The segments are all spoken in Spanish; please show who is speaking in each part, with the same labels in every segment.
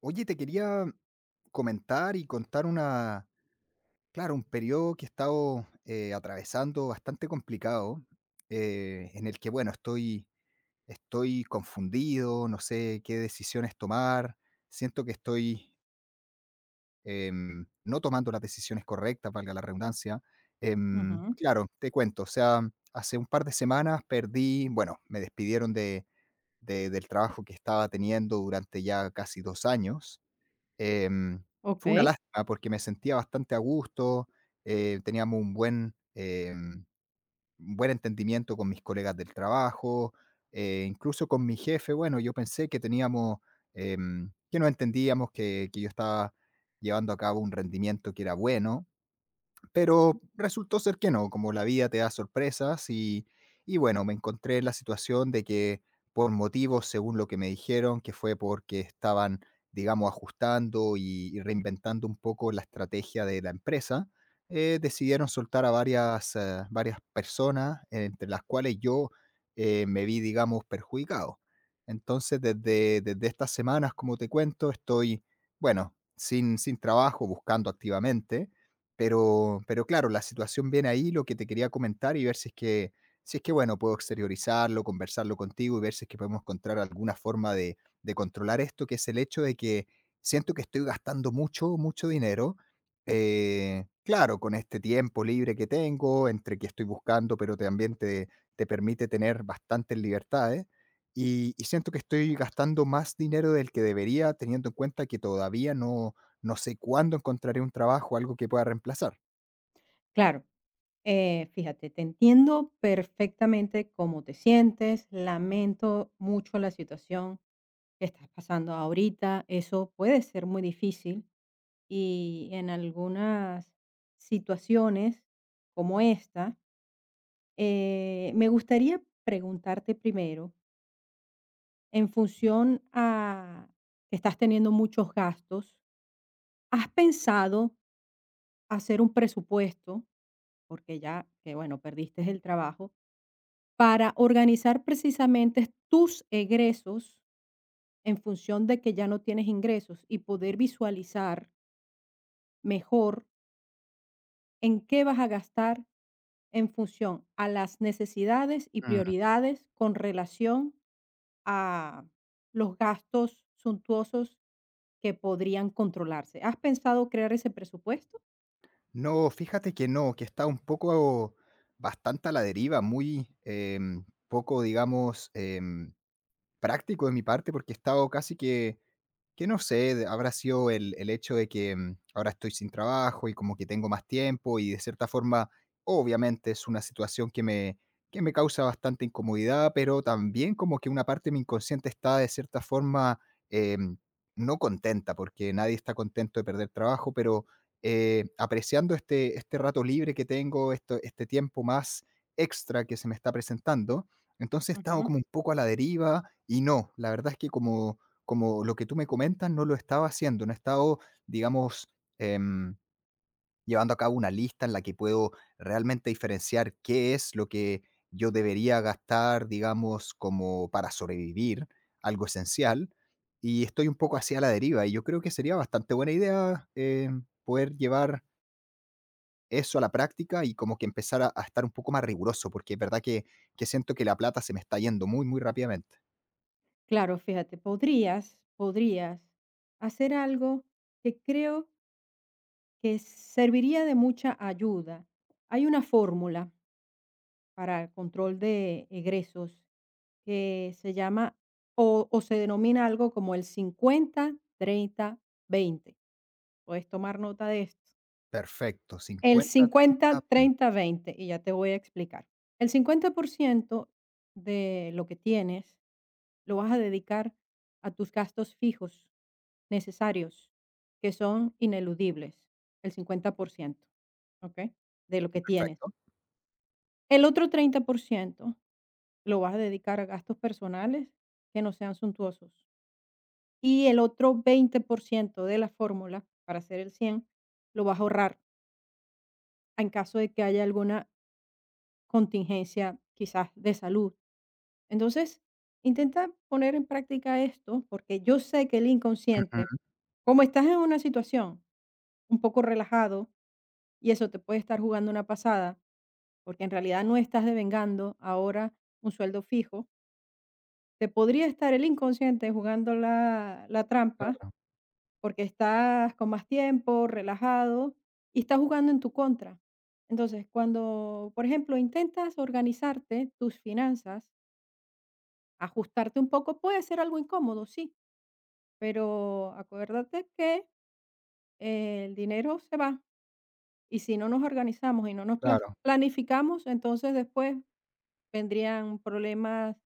Speaker 1: Oye, te quería comentar y contar claro, un periodo que he estado atravesando bastante complicado, en el que, bueno, estoy confundido, no sé qué decisiones tomar. Siento que estoy no tomando las decisiones correctas, valga la redundancia.
Speaker 2: Ujú,
Speaker 1: Claro, te cuento, o sea, hace un par de semanas perdí, bueno, me despidieron del trabajo que estaba teniendo durante ya casi 2 años. Em, Fue una
Speaker 2: okey,
Speaker 1: lástima porque me sentía bastante a gusto. Teníamos un un buen entendimiento con mis colegas del trabajo, incluso con mi jefe. Bueno, yo pensé que teníamos, que nos entendíamos, que yo estaba llevando a cabo un rendimiento que era bueno, pero resultó ser que no, como la vida te da sorpresas y bueno, me encontré en la situación de que por motivos, según lo que me dijeron, que fue porque estaban, digamos, ajustando y reinventando un poco la estrategia de la empresa. Decidieron soltar a varias personas, entre las cuales yo me vi, digamos, perjudicado. Entonces, desde estas semanas, como te cuento, estoy, bueno, sin trabajo, buscando activamente, pero claro, la situación viene ahí. Lo que te quería comentar y ver si es que, si es que, bueno, puedo exteriorizarlo, conversarlo contigo y ver si es que podemos encontrar alguna forma de controlar esto, que es el hecho de que siento que estoy gastando mucho, mucho dinero. Claro, con este tiempo libre que tengo, entre que estoy buscando, pero también te permite tener bastantes libertades. Y siento que estoy gastando más dinero del que debería, teniendo en cuenta que todavía no sé cuándo encontraré un trabajo, algo que pueda reemplazar.
Speaker 2: claro. Fíjate, te entiendo perfectamente cómo te sientes, lamento mucho la situación que estás pasando ahorita, eso puede ser muy difícil y en algunas situaciones como esta, me gustaría preguntarte primero, en función a que estás teniendo muchos gastos, ¿has pensado hacer un presupuesto? Porque ya que bueno, perdiste el trabajo, para organizar precisamente tus egresos en función de que ya no tienes ingresos y poder visualizar mejor en qué vas a gastar en función a las necesidades y
Speaker 1: Mm.
Speaker 2: prioridades con relación a los gastos suntuosos que podrían controlarse. ¿Has pensado crear ese presupuesto?
Speaker 1: No, fíjate que no, que está un poco bastante a la deriva, poco, digamos, práctico de mi parte, porque he estado casi que no sé, de- habrá sido el hecho de que ahora estoy sin trabajo y como que tengo más tiempo y, de cierta forma, obviamente es una situación que que me causa bastante incomodidad, pero también como que una parte de mi inconsciente está de cierta forma eh, no contenta, porque nadie está contento de perder trabajo, pero apreciando este rato libre que tengo, esto, este tiempo más extra que se me está presentando. Entonces he
Speaker 2: Ujú.
Speaker 1: como un poco a la deriva y no, la verdad es que como como lo que tú me comentas, no lo he estado haciendo, no he estado, digamos, em, llevando a cabo una lista en la que puedo realmente diferenciar qué es lo que yo debería gastar, digamos, como para sobrevivir, algo esencial. Y estoy un poco hacia la deriva, y yo creo que sería bastante buena idea poder llevar eso a la práctica y como que empezar a estar un poco más riguroso, porque es verdad que siento que la plata se me está yendo muy, muy rápidamente.
Speaker 2: Claro, fíjate, podrías hacer algo que creo que serviría de mucha ayuda. Hay una fórmula para el control de egresos que se llama o se denomina algo como el 50/30/20. Puedes tomar nota de esto.
Speaker 1: Perfecto,
Speaker 2: El
Speaker 1: cincuenta treinta
Speaker 2: 50
Speaker 1: 20,
Speaker 2: 30 veinte, y ya te voy a explicar. El 50% de lo que tienes lo vas a dedicar a tus gastos fijos necesarios, que son ineludibles, el 50%. Okey. De lo que tienes.
Speaker 1: perfecto.
Speaker 2: El otro 30% lo vas a dedicar a gastos personales que no sean suntuosos, y el otro 20% de la fórmula, para hacer el 100, lo vas a ahorrar en caso de que haya alguna contingencia, quizás de salud. Entonces, intenta poner en práctica esto, porque yo sé que el inconsciente, como estás en una situación un poco relajado, y eso te puede estar jugando una pasada, porque en realidad no estás devengando ahora un sueldo fijo. Te podría estar el inconsciente jugando la trampa,
Speaker 1: Claro,
Speaker 2: porque estás con más tiempo, relajado, y está jugando en tu contra. Entonces, cuando, por ejemplo, intentas organizarte tus finanzas, ajustarte un poco, puede ser algo incómodo, sí, pero acuérdate que el dinero se va, y si no nos organizamos y no nos plas
Speaker 1: claro,
Speaker 2: planificamos, entonces después vendrían problemas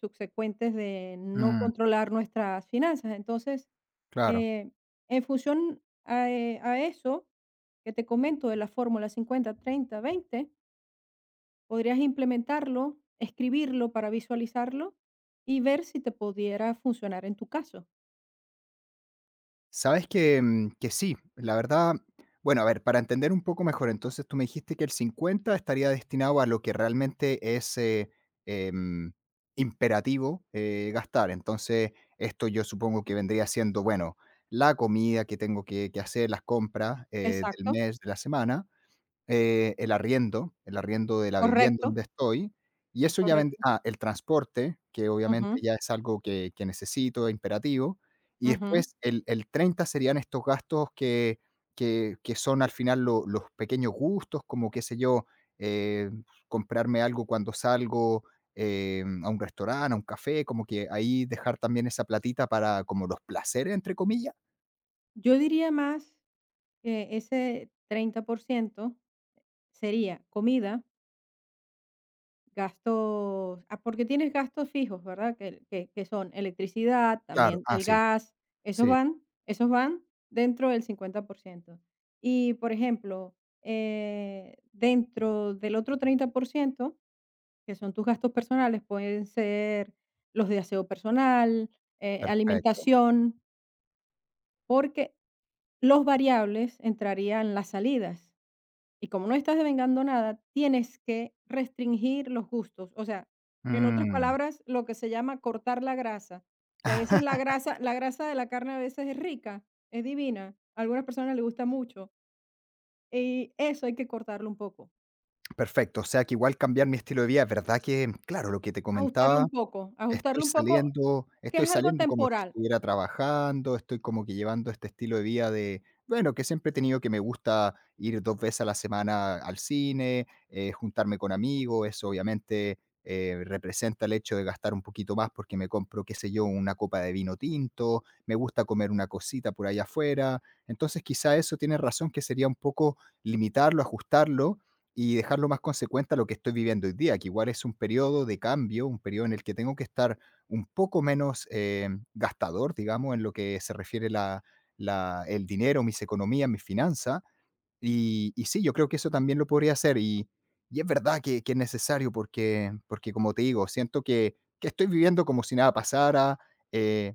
Speaker 2: subsecuentes de no
Speaker 1: mm,
Speaker 2: controlar nuestras finanzas. Entonces,
Speaker 1: claro.
Speaker 2: eh, en función a eso que te comento de la fórmula 50/30/20, podrías implementarlo, escribirlo para visualizarlo y ver si te pudiera funcionar en tu caso.
Speaker 1: Sabes que, mm, que sí, la verdad, bueno, a ver, para entender un poco mejor, entonces tú me dijiste que el 50 estaría destinado a lo que realmente es em, imperativo gastar. Entonces, esto yo supongo que vendría siendo, bueno, la comida que tengo que hacer, las compras del
Speaker 2: Exacto,
Speaker 1: mes, de la semana. El arriendo de la vivienda
Speaker 2: correcto,
Speaker 1: donde estoy, y
Speaker 2: es
Speaker 1: eso ya ven
Speaker 2: correcto.
Speaker 1: ah, el transporte, que obviamente
Speaker 2: Ujú,
Speaker 1: ya es algo que necesito, imperativo. Y
Speaker 2: ujú.
Speaker 1: después el 30 serían estos gastos que que son al final lo los pequeños gustos, como, qué sé yo, eh, comprarme algo cuando salgo, a un restaurante, a un café, como que ahí dejar también esa platita para como los placeres, entre comillas.
Speaker 2: Yo diría más que ese 30% sería comida. Gastos, porque tienes gastos fijos, ¿verdad? Que son electricidad,
Speaker 1: Claro,
Speaker 2: también
Speaker 1: ah,
Speaker 2: el
Speaker 1: sí,
Speaker 2: gas, esos
Speaker 1: sí,
Speaker 2: van esos van dentro del 50%. Y, por ejemplo, dentro del otro 30% que son tus gastos personales, pueden ser los de aseo personal,
Speaker 1: perfecto.
Speaker 2: alimentación, porque los variables entrarían las salidas. Y como no estás devengando nada, tienes que restringir los gustos. O sea, en otras
Speaker 1: Mm.
Speaker 2: palabras, lo que se llama cortar la grasa, que a veces la grasa de la carne a veces es rica, es divina, a algunas personas les gusta mucho, y eso hay que cortarlo un poco,
Speaker 1: Perfecto, o sea que igual cambiar mi estilo de vida, es verdad que, claro, lo que te
Speaker 2: ajustarlo
Speaker 1: comentaba,
Speaker 2: un poco, ajustarlo un poco, que
Speaker 1: estoy
Speaker 2: es algo
Speaker 1: saliendo como si
Speaker 2: temporal.
Speaker 1: estuviera trabajando, estoy como que llevando este estilo de vida de, bueno, que siempre he tenido, que me gusta ir 2 veces a la semana al cine, juntarme con amigos. Eso obviamente representa el hecho de gastar un poquito más porque me compro, qué sé yo, una copa de vino tinto, me gusta comer una cosita por allá afuera. Entonces, quizá eso tiene razón, que sería un poco limitarlo, ajustarlo y dejarlo más consecuente a lo que estoy viviendo hoy día, que igual es un periodo de cambio, un periodo en el que tengo que estar un poco menos gastador, digamos, en lo que se refiere el dinero, mis economías, mis finanzas. Y sí, yo creo que eso también lo podría hacer. Y es verdad que es necesario, porque, porque, como te digo, siento que estoy viviendo como si nada pasara. eh,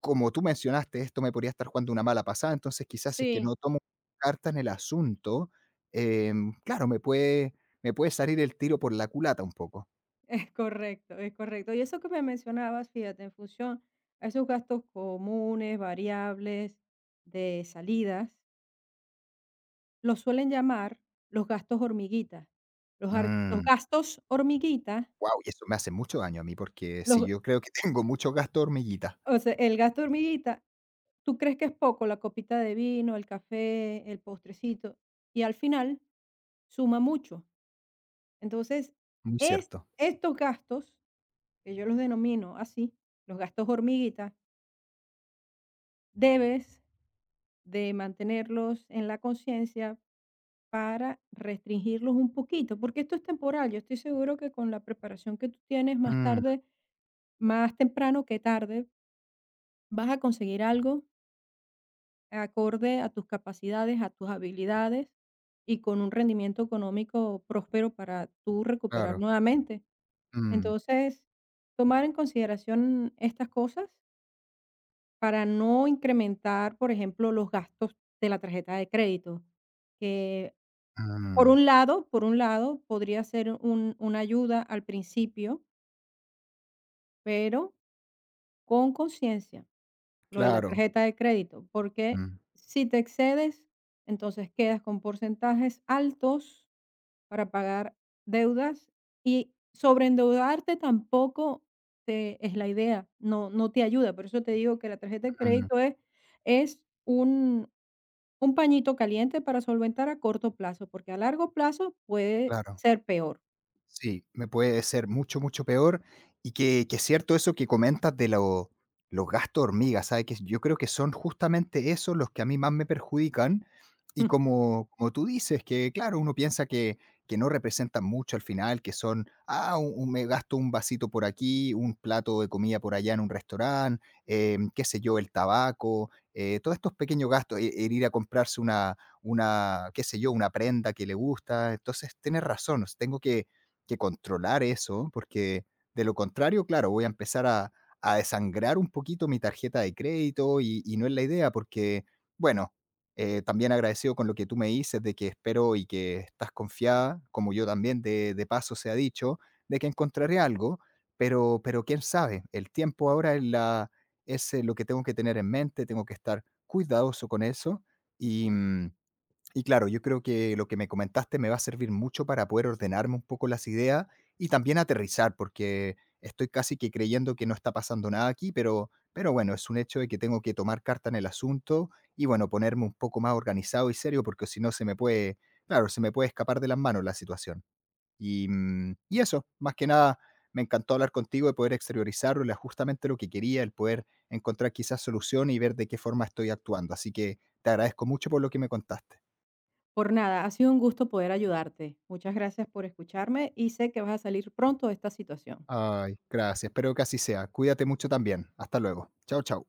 Speaker 1: como tú mencionaste, esto me podría estar jugando una mala pasada. Entonces, quizás si es que
Speaker 2: Sí,
Speaker 1: no tomo cartas en el asunto, claro, me puede salir el tiro por la culata un poco.
Speaker 2: es correcto, es correcto. Y eso que me mencionabas, fíjate, en función a esos gastos comunes, variables, de salidas, los suelen llamar los gastos hormiguita. Los
Speaker 1: Mm,
Speaker 2: gastos hormiguita,
Speaker 1: guau, y eso me hace mucho daño a mí, porque sí,
Speaker 2: los
Speaker 1: yo creo que tengo mucho gasto de hormiguita,
Speaker 2: o sea, el gasto hormiguita, tú crees que es poco, la copita de vino, el café, el postrecito, y al final suma mucho. Entonces,
Speaker 1: muy
Speaker 2: es
Speaker 1: cierto.
Speaker 2: estos gastos, que yo los denomino así, los gastos hormiguita, debes de mantenerlos en la conciencia para restringirlos un poquito, porque esto es temporal. Yo estoy seguro que con la preparación que tú tienes más
Speaker 1: Mm,
Speaker 2: tarde. Más temprano que tarde vas a conseguir algo acorde a tus capacidades, a tus habilidades y con un rendimiento económico próspero para tú recuperar
Speaker 1: claro,
Speaker 2: nuevamente.
Speaker 1: mm,
Speaker 2: Entonces, tomar en consideración estas cosas para no incrementar, por ejemplo, los gastos de la tarjeta de crédito, que por
Speaker 1: mm,
Speaker 2: un lado, por un lado podría ser una ayuda al principio, pero con conciencia. Lo de la
Speaker 1: claro,
Speaker 2: tarjeta de crédito, porque
Speaker 1: mm,
Speaker 2: si te excedes, entonces quedas con porcentajes altos para pagar deudas, y sobreendeudarte tampoco te es la idea, no te ayuda. Por eso te digo que la tarjeta de
Speaker 1: mm,
Speaker 2: crédito es un pañito caliente para solventar a corto plazo, porque a largo plazo puede
Speaker 1: claro.
Speaker 2: ser peor.
Speaker 1: Sí, me puede ser mucho, mucho peor. Y que es cierto eso que comentas de lo- los gastos hormigas, ¿sabes? Que yo creo que son justamente esos los que a mí más me perjudican. Y como, como tú dices, que claro, uno piensa que no representan mucho al final, que son, ah, me gasto un vasito por aquí, un plato de comida por allá en un restaurante, qué sé yo, el tabaco, todos estos pequeños gastos, e- el ir a comprarse qué sé yo, una prenda que le gusta. Entonces, tienes razón, tengo que controlar eso, porque de lo contrario, claro, voy a empezar a desangrar un poquito mi tarjeta de crédito, y no es la idea, porque, bueno, también agradecido con lo que tú me dices, de que espero y que estás confiada, como yo también de paso se ha dicho, de que encontraré algo, pero quién sabe, el tiempo ahora es lo que tengo que tener en mente, tengo que estar cuidadoso con eso y, mm, y claro, yo creo que lo que me comentaste me va a servir mucho para poder ordenarme un poco las ideas y también aterrizar, porque estoy casi que creyendo que no está pasando nada aquí, pero bueno, es un hecho de que tengo que tomar carta en el asunto y, bueno, ponerme un poco más organizado y serio, porque si no claro, se me puede escapar de las manos la situación. Y, mm, y eso, más que nada, me encantó hablar contigo y poder exteriorizarlo, era justamente lo que quería, el poder encontrar quizás solución y ver de qué forma estoy actuando. Así que te agradezco mucho por lo que me contaste.
Speaker 2: Por nada, ha sido un gusto poder ayudarte. Muchas gracias por escucharme y sé que vas a salir pronto de esta situación.
Speaker 1: Ay, gracias. Espero que así sea. Cuídate mucho también. Hasta luego. Chao, chao.